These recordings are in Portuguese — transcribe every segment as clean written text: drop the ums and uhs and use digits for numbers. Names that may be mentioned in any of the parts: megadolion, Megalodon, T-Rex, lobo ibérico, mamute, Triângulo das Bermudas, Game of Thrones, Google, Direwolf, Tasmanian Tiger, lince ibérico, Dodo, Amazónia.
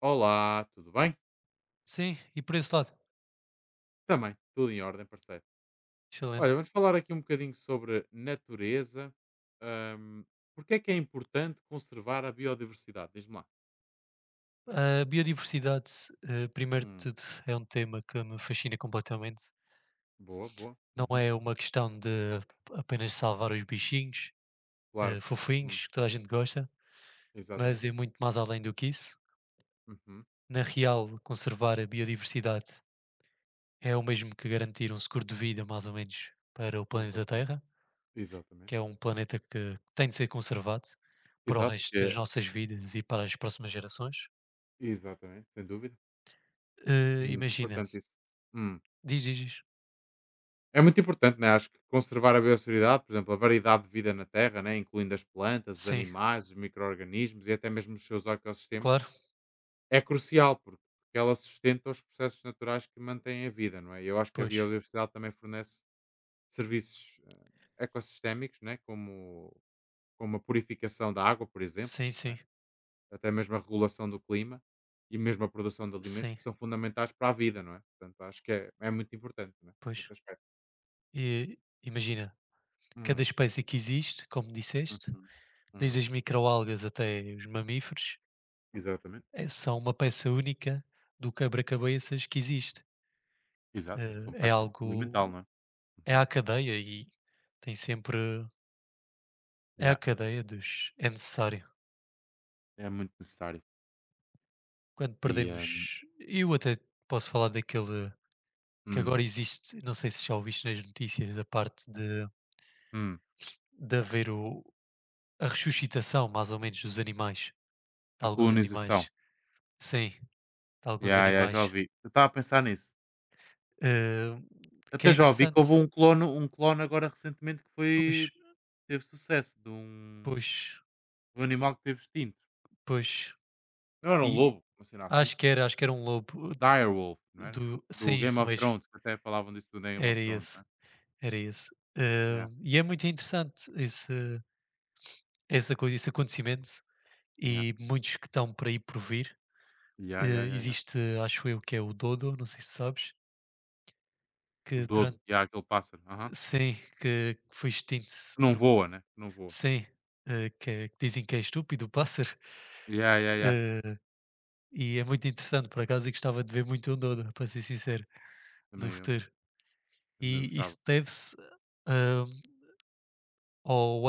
Olá, tudo bem? Sim, e por esse lado, Também, tudo em ordem, parceiro. Olha, excelente. vamos falar aqui um bocadinho sobre natureza. Ahm, porque é que é importante conservar a biodiversidade? Diz-me lá. A biodiversidade, primeiro de Hum, tudo, é um tema que me fascina completamente. boa, boa. Não Uhum, é uma questão de apenas salvar os bichinhos, claro. Uhum, fofinhos, que toda a gente gosta, mas exatamente. é muito mais além do que isso. Uhum, Na real, conservar a biodiversidade é o mesmo que garantir um seguro de vida, mais ou menos, para o planeta exatamente. Terra, que Exatamente. é um planeta que tem de ser conservado para o Exato, que resto das é. nossas vidas e para as próximas gerações. Exatamente, sem dúvida. É muito Imagina, importante isso. Hum. diz, diz, diz. É muito importante, né? Acho que conservar a biodiversidade, por exemplo, a variedade de vida na Terra, né? incluindo as plantas, os Sim. animais, os micro-organismos e até mesmo os seus ecossistemas. Claro, É crucial, porque ela sustenta os processos naturais que mantêm a vida, não é? E eu acho que a pois. biodiversidade também fornece serviços ecossistémicos, né? Como a purificação da água, por exemplo, Sim, sim, né? até mesmo a regulação do clima e mesmo a produção de alimentos sim, que são fundamentais para a vida, não é? Portanto, acho que é muito importante, né? pois. nesse aspecto. E imagina, cada Hum, espécie que existe, como disseste, uhum, desde hum. as microalgas até os mamíferos, Exatamente. São uma peça única do quebra-cabeças que existe. Exato. Foi um É passo fundamental, algo, não é? é Uhum. a cadeia e tem sempre, é a Yeah. cadeia dos, é necessário. É muito necessário. Quando E perdemos, eu até posso falar daquele que hum, agora existe, não sei se já ouviste nas notícias, a parte de, hum. de haver a ressuscitação, mais ou menos, dos animais, de A alguns colonização. animais. Sim, de alguns Ya, ya, já animais. ouvi. Eu estava a pensar nisso. Eh, que é Até já ouvi que interessante. houve um clone agora recentemente que Pois, foi, teve sucesso pois, de um animal que teve extinto. pois. Não era um E lobo, uma cena assim. acho que era um lobo. Eh, Direwolf, não era? do Sim, Do Game isso of mesmo. Thrones, que até falavam disso do Game of Era Thrones, esse, não é? era esse. Ya, E é muito interessante esse, essa coisa, esse acontecimento ya, e muitos que estão por aí por vir. ya, ya, ya, ya. Existe, acho eu, que é o Dodo, não sei se sabes, O que dodo, durante. ya, aquele pássaro. Aham. Sim, que foi extinto Que por. não voa, né? Que não voa. Sim, que é que dizem que é estúpido, o pássaro. Ya, ya, ya. Eh, e é muito interessante, por acaso, e gostava de ver muito um dodo para ser sincero, no Também eu, futuro. também eu E gostava. isso deve-se ah, ao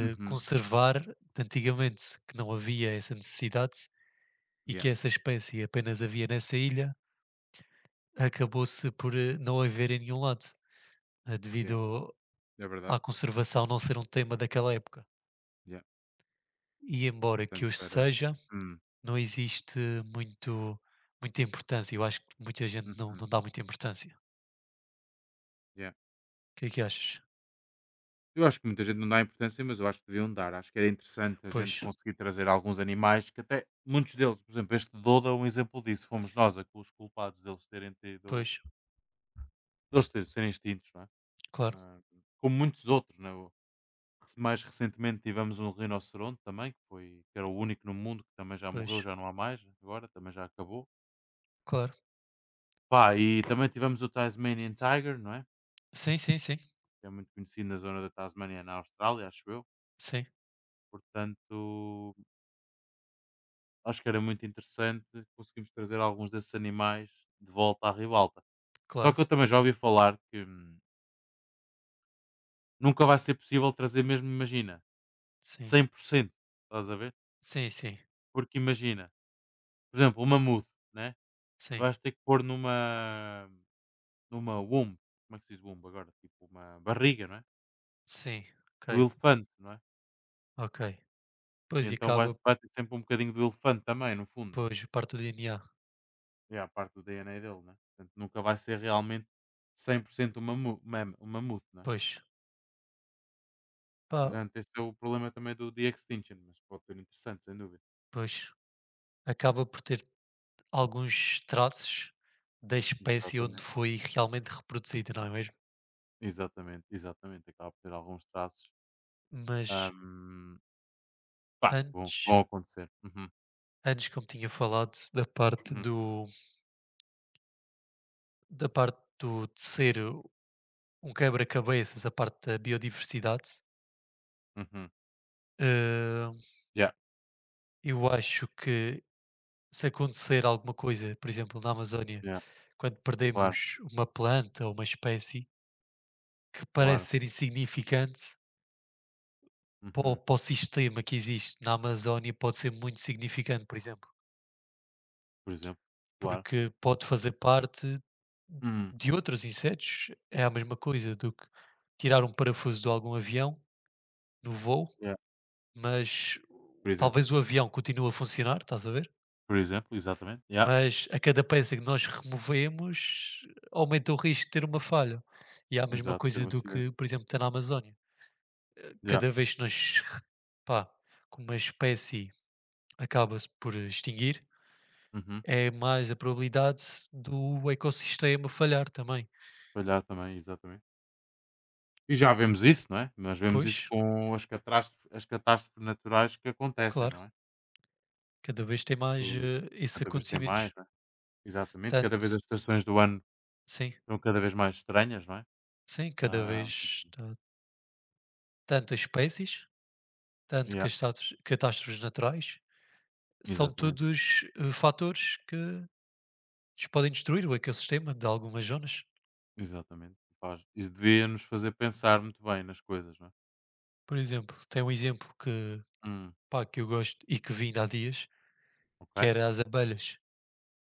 Uhum. de antigamente, que não havia essa necessidade e Yeah, que essa espécie apenas havia nessa ilha, acabou-se por não haver em nenhum lado, ya. devido É à verdade. conservação não ser um tema daquela época. Yeah. E embora que Portanto, hoje era... seja, Hum, não existe muito muita importância, eu acho que muita gente não uhum. não dá muita importância. Ya. O que é que achas? Eu acho que muita gente não dá importância, mas eu acho que deviam dar. Acho que era interessante a gente Pois, conseguir trazer alguns animais que até muitos deles, por exemplo, este Dodo é um exemplo disso. Os culpados deles terem tido, pois, deles terem serem extintos, não é? claro, Ah, como muitos outros, não é? Mais recentemente tivemos um rinoceronte também, que foi, que era o único no mundo, que também já morreu, pois, já não há mais, agora também já acabou. claro. Pá, e também tivemos o Tasmanian Tiger, não é? Sim, sim, sim, Que é muito conhecido na zona da Tasmania, na Austrália, acho eu. sim, Portanto, acho que era muito interessante conseguirmos trazer alguns desses animais de volta à ribalta. Só claro, que eu também já ouvi falar que nunca vai ser possível trazer mesmo, imagina, sim, 100%, estás a ver? sim, sim, Porque imagina, por exemplo, o mamute, né? Tu sim, vais ter que pôr numa, numa womb, como é que se diz womb agora? Tipo uma barriga, não é? sim, Do ok, elefante, não é? ok. E Pois e então acaba, vai ter sempre um bocadinho do elefante também, no fundo, não é? pois, parte do DNA, É a parte do DNA dele, não é? Portanto, nunca vai ser realmente 100% um um mamute, não é? pois, pá, Portanto, esse é o problema também do de extinction, mas pode ser interessante, sem dúvida. pois, acaba por ter alguns traços da espécie onde Exatamente, foi realmente reproduzida, não é mesmo? exatamente, exatamente. Acaba por ter alguns traços Mas ahm, pá, que antes vão acontecer. Uhum, Antes, como tinha falado, da parte uhum, do da parte do de ser um quebra-cabeças, a parte da biodiversidade, uhum. hã, Yeah, eu acho que se acontecer alguma coisa, por exemplo, na Amazónia, yeah, quando claro, perdemos uma planta ou uma espécie que parece claro. ser insignificante, para o Uhum. para o sistema que existe na Amazónia pode ser muito significante, por exemplo. Por exemplo, claro. Porque pode fazer parte Uhum, de outros insetos, é a mesma coisa do que tirar um parafuso de algum avião no voo, yeah, mas por exemplo, talvez o avião continue a funcionar, estás a ver? por exemplo, exatamente. Yeah, Mas a cada peça que nós removemos aumenta o risco de ter uma falha. E é a mesma exato, ter coisa um do acidente. que, por exemplo, está na Amazónia. Yeah, Cada vez que nós, pá, que uma espécie acaba-se por extinguir, uhum. é mais a probabilidade do ecossistema falhar também. Falhar também, exatamente. E já vemos isso, não é? Nós vemos isso Pois, com as catástrofes naturais que acontecem, claro, não é? cada vez tem mais, Por- esses Cada vez tem mais, acontecimentos. exatamente, cada Tanto vez as estações do ano sim, são cada vez mais estranhas, não é? sim, cada Ah, vez tá, tanto as espécies, tanto yeah, castatos catástrofes catástrofes naturais, são exatamente, todos, fatores que nos podem destruir o ecossistema de algumas zonas. exatamente. Faz. Isso devia nos fazer pensar muito bem nas coisas, não é? Por exemplo, tem um exemplo que, Hum, pá, que eu gosto e que vi ainda há dias, que ok. era as abelhas.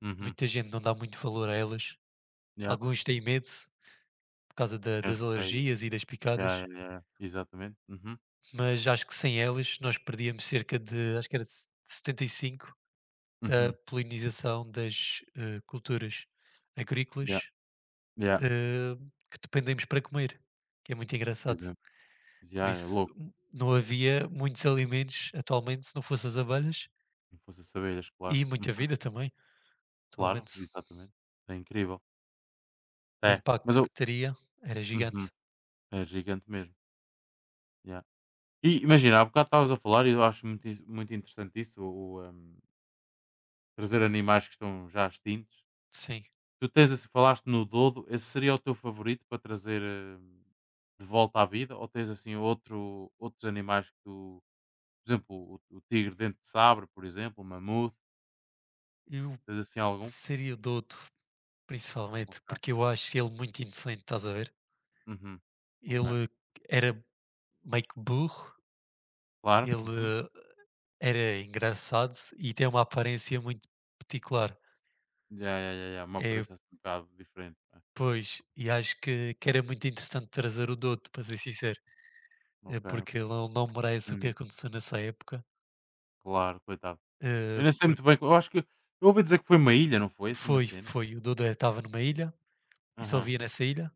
Uhum. Muita gente não dá muito valor a elas. Yeah. Alguns têm medo por causa da Tem das receio. alergias e das picadas. Yeah, yeah, yeah. Exatamente. Uhum. Mas acho que sem elas nós perdíamos cerca de, acho que era de se- de 75 da Uhum. polinização das culturas Yeah. agrícolas Yeah. eh, que dependemos para comer, que é muito Por engraçado. exemplo. Por Yeah, é isso louco. Não havia muitos alimentos atualmente se não fossem as abelhas Não fosse as abelhas, claro. e Uhum. muita vida também. Claro, Atualmente exatamente. É incrível. o É. impacto Mas eu. que teria era Uhum. gigante, É gigante mesmo. Yeah. E imagina, há bocado estavas a falar e eu acho muito, muito interessante isso, o, um, trazer animais que estão já extintos. sim. Tu tens assim, falaste no Dodo, esse seria o teu favorito para trazer de volta à vida? Ou tens assim outro, outros animais que tu, por exemplo, o tigre dente de sabre, por exemplo, o mamute, Eu tens assim algum? seria o Douto, principalmente, Ok. porque eu acho ele muito inocente, estás a ver? Uhum. Ok. Ele era meio que burro, Claro. Uhum. ele era engraçado e tem uma aparência muito particular. Já já ya, ya, uma É, aparência assim um bocado diferente. Né? pois, e acho que era muito interessante trazer o Dodo para ser sincero, Ok, porque ele ok. não merece o que Hum, aconteceu nessa época. claro, coitado. Eu nem sei Porque muito bem. Eu acho que eu ouvi dizer que foi uma ilha, não foi? Assim uma cena. O Dodo estava numa ilha e só Aham. via nessa ilha.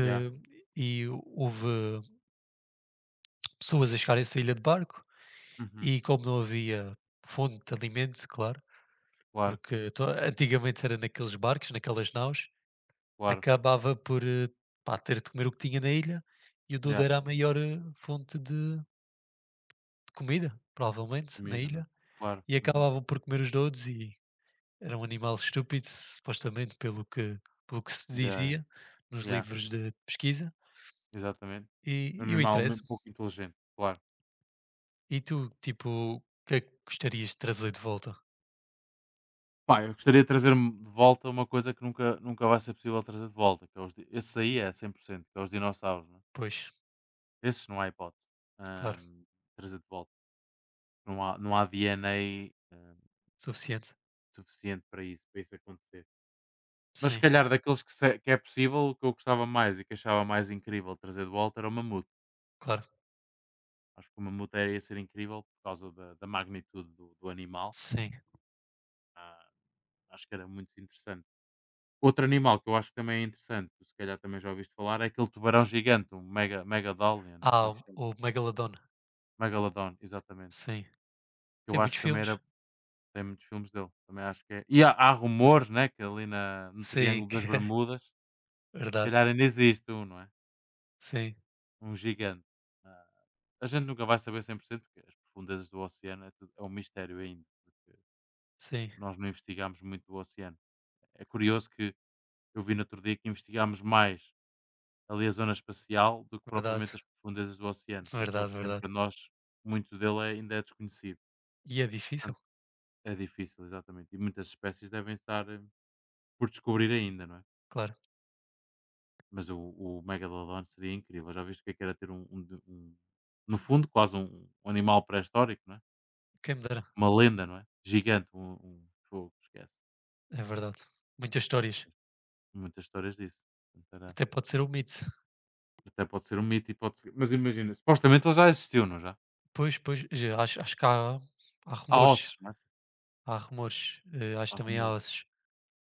Já. e houve pessoas a chegar a essa ilha de barco Uhum. e como não havia fonte de alimento, claro, Claro, porque antigamente era naqueles barcos, naquelas naus, claro. acabava por, pá, ter de comer o que tinha na ilha e o Duda Já. era a maior, fonte de comida, provavelmente, na Comida, não é? ilha, Claro. e Uhum. acabavam por comer os Doudos e era um animal estúpido, supostamente, pelo que se Yeah, yeah, dizia nos yeah, livros de pesquisa, exatamente. e Um eu animal me interesso-me. pouco inteligente, claro. E tu, tipo, o que é que gostarias de trazer de volta? Pá, eu gostaria de trazer de volta uma coisa que nunca, nunca vai ser possível trazer de volta, que é os esses aí é 100%, que é os dinossauros, né? Pois, Esses não há hipótese claro, hum, trazer de volta. Não há, não há DNA suficiente. suficiente para isso acontecer. Mas se Sim, calhar daqueles que, se- que é possível, o que eu gostava mais e que achava mais incrível trazer de volta era o mamute. claro, Acho que o mamute ia ser incrível por causa da magnitude do animal. sim. Ah, acho que era muito interessante. Outro animal que eu acho que também é interessante, tu se calhar também já ouviste falar, é aquele tubarão gigante, um mega, megadolion, ou Ah, como é que se chama? o Megalodon, Megalodon, exatamente. sim. Que Tem eu acho muitos que também filmes. era, tem muitos filmes dele, também acho que é. E há rumores, né, que no Sim, Triângulo que das é Bermudas, se verdade, calhar ainda existe um, não é? sim. Um gigante. Ah, a gente nunca vai saber 100% porque as profundezas do oceano é um mistério ainda, porque Sim, nós não investigámos muito o oceano. É curioso que eu vi no outro dia que investigámos mais ali a zona espacial do que propriamente verdade, as profundezas do oceano. Portanto, o verdade, oceano verdade. para nós, muito dele ainda é desconhecido. E é difícil, Portanto, é difícil, exatamente. E muitas espécies devem estar por descobrir ainda, não é? claro. Mas o Megalodon seria incrível. Já viste o que é que era ter um, no fundo, quase um, um animal pré-histórico, não é? Quem me dera, Uma lenda, não é? Gigante, um fogo, esquece. é verdade. Muitas histórias. Muitas histórias disso. Portanto, era- Até pode ser um mito. Até pode ser um mito e pode ser... Mas imagina, supostamente ele já existiu, não já? Pois, pois, já acho que há Há rumores. ossos, não é? Há rumores. Acho Há que também há rumores. esses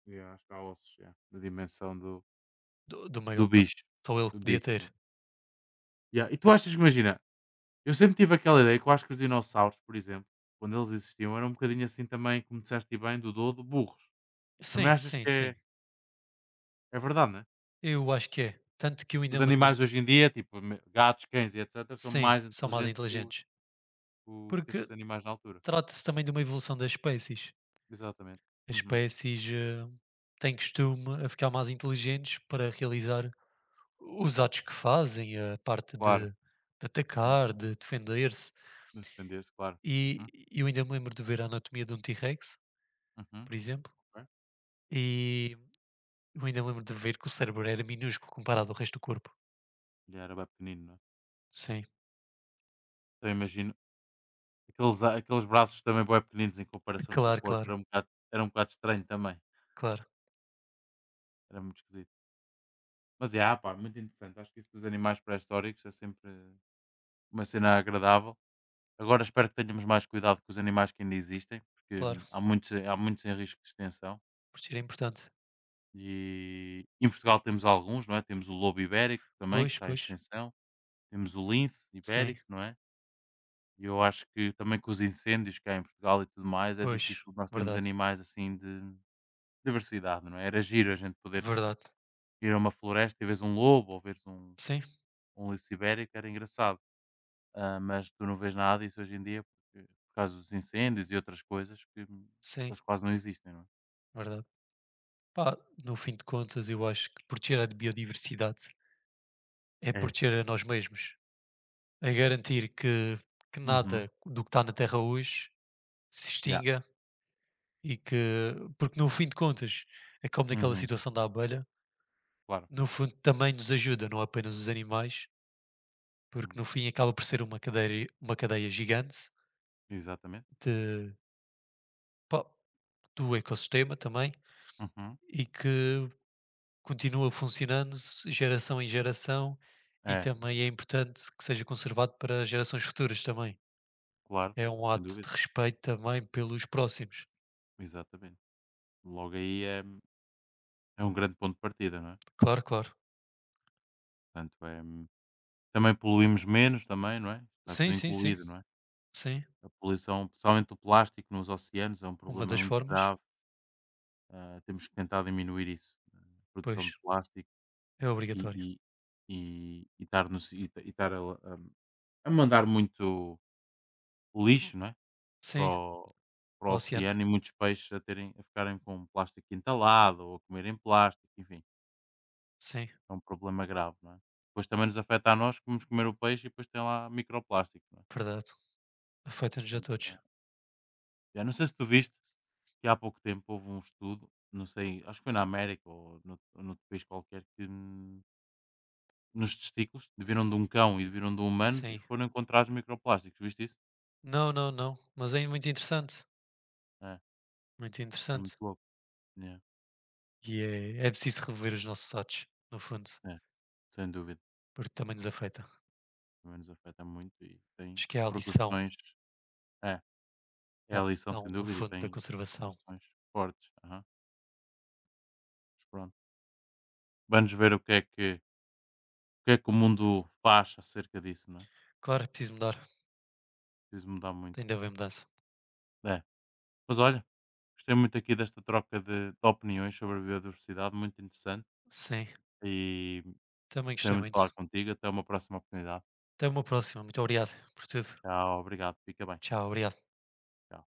Yeah, acho que há ossos, yeah, da dimensão do do Megalodon. bicho. Só ele que Do podia bicho, né? ter. Yeah. E tu achas que, imagina, eu sempre tive aquela ideia que eu acho que os dinossauros, por exemplo, quando eles existiam, eram um bocadinho assim também, como disseste bem, do dodo, burros. Também Sim, achas sim, que sim. é, é verdade, né? Eu acho que é. Tanto que eu ainda Os me lembro animais de. hoje em dia, gatos, cães e etc., são Sim, mais são mais inteligentes inteligentes. Que Porque esses animais na altura. trata-se também de uma evolução das espécies. Exatamente. As Uhum. espécies têm costume a ficar mais inteligentes para realizar os atos que fazem, a parte de, Claro. de Uhum. atacar, de defender-se. De defender-se, claro. E Uhum. eu ainda me lembro de ver a anatomia de um T-Rex, Uhum. por exemplo, Ok. e eu ainda me lembro de ver que o cérebro era minúsculo comparado ao resto do corpo. Ele era bem pequenino, né? Sim, Então imagino, aqueles braços também bem pequeninos em comparação com o claro, corpo, claro, era um bocado estranho também, claro, era muito esquisito. Mas, yeah, pá, muito interessante, acho que isso dos animais pré-históricos é sempre uma cena agradável. Agora espero que tenhamos mais cuidado com os animais que ainda existem, porque claro. Há muitos em risco de extinção Por isso era importante. e em Portugal temos alguns, não é, temos o lobo ibérico também, que Pois, está em pois, extinção, temos o lince sim, ibérico, não é, e eu acho que também com os incêndios que há em Portugal e tudo mais, é pois, difícil nós termos verdade, animais assim de diversidade, não é? Era giro a gente poder verdade. ir a uma floresta e vês um lobo ou vês um, Sim, um lince ibérico, era engraçado. Ah, mas tu não vês nada disso hoje em dia porque, por causa dos incêndios e outras coisas que sim, elas quase não existem, não é? verdade. Pá, no fim de contas, eu acho que proteger a biodiversidade é É. proteger a nós mesmos, a garantir que Uhum. nada do que está na Terra hoje se Yeah. extinga e que, porque no fim de contas, é como naquela Uhum. situação da abelha, Claro. no fundo também nos ajuda, não apenas os animais, porque Hum. no fim acaba por ser uma cadeia gigante Exatamente. de, pá, do ecossistema também Uhum. e que continua funcionando geração em geração e É, também é importante que seja conservado para gerações futuras também. claro, É um sem ato de dúvida. respeito também pelos próximos. Exatamente. Logo aí é um grande ponto de partida, não é? Claro, claro. Portanto, também poluímos menos também, não é? Está Sim, tudo sim, sim, incluído, não é? sim. A poluição, principalmente do plástico nos oceanos, é um Uma problema das muito formas, grave. Ah, temos que tentar diminuir isso, a produção de pois, plástico é e, obrigatório. e, e estar, no, si- e ta- e estar a mandar muito lixo, não é? para, Sim, o, Para para o o oceano. oceano e muitos peixes terem, a ficarem com plástico entalado ou a comerem plástico, enfim, Sim, é um problema grave, não é? Depois também nos afeta a nós, que vamos comer o peixe e depois tem lá microplásticos, não é? verdade. Afeta-nos a Portanto, todos. é- Já não sei se tu viste, que há pouco tempo houve um estudo, não sei, acho que foi na América ou no, ou noutro país qualquer, que nos testículos viram de um cão e viram de um humano e Sim. foram encontrados microplásticos, viste isso? Não, não, não. Mas é muito interessante. É, Muito é muito interessante. louco. Yeah, E é preciso rever os nossos atos, no fundo, é, sem dúvida. porque Ah, também nos afeta. pelo menos afeta muito e tem Acho que é a lição. repercussões. É, É é a a lição, lição, sem no dúvida, e fundo, da tem conservação. repercussões fortes. Aham, mas pronto. Vamos ver o que é que, o que é que o mundo faz acerca disso, não é? Claro, é preciso mudar. Preciso mudar Tem muito. de haver mudança. É. Mas olha, gostei muito aqui desta troca de opiniões sobre a biodiversidade, muito interessante. Sim, E também gostei gostei muito de falar muito. contigo. Até uma próxima oportunidade. Até uma próxima. Muito obrigado por tudo. Tchau, obrigado. Fica bem. Tchau, obrigado. Tchau.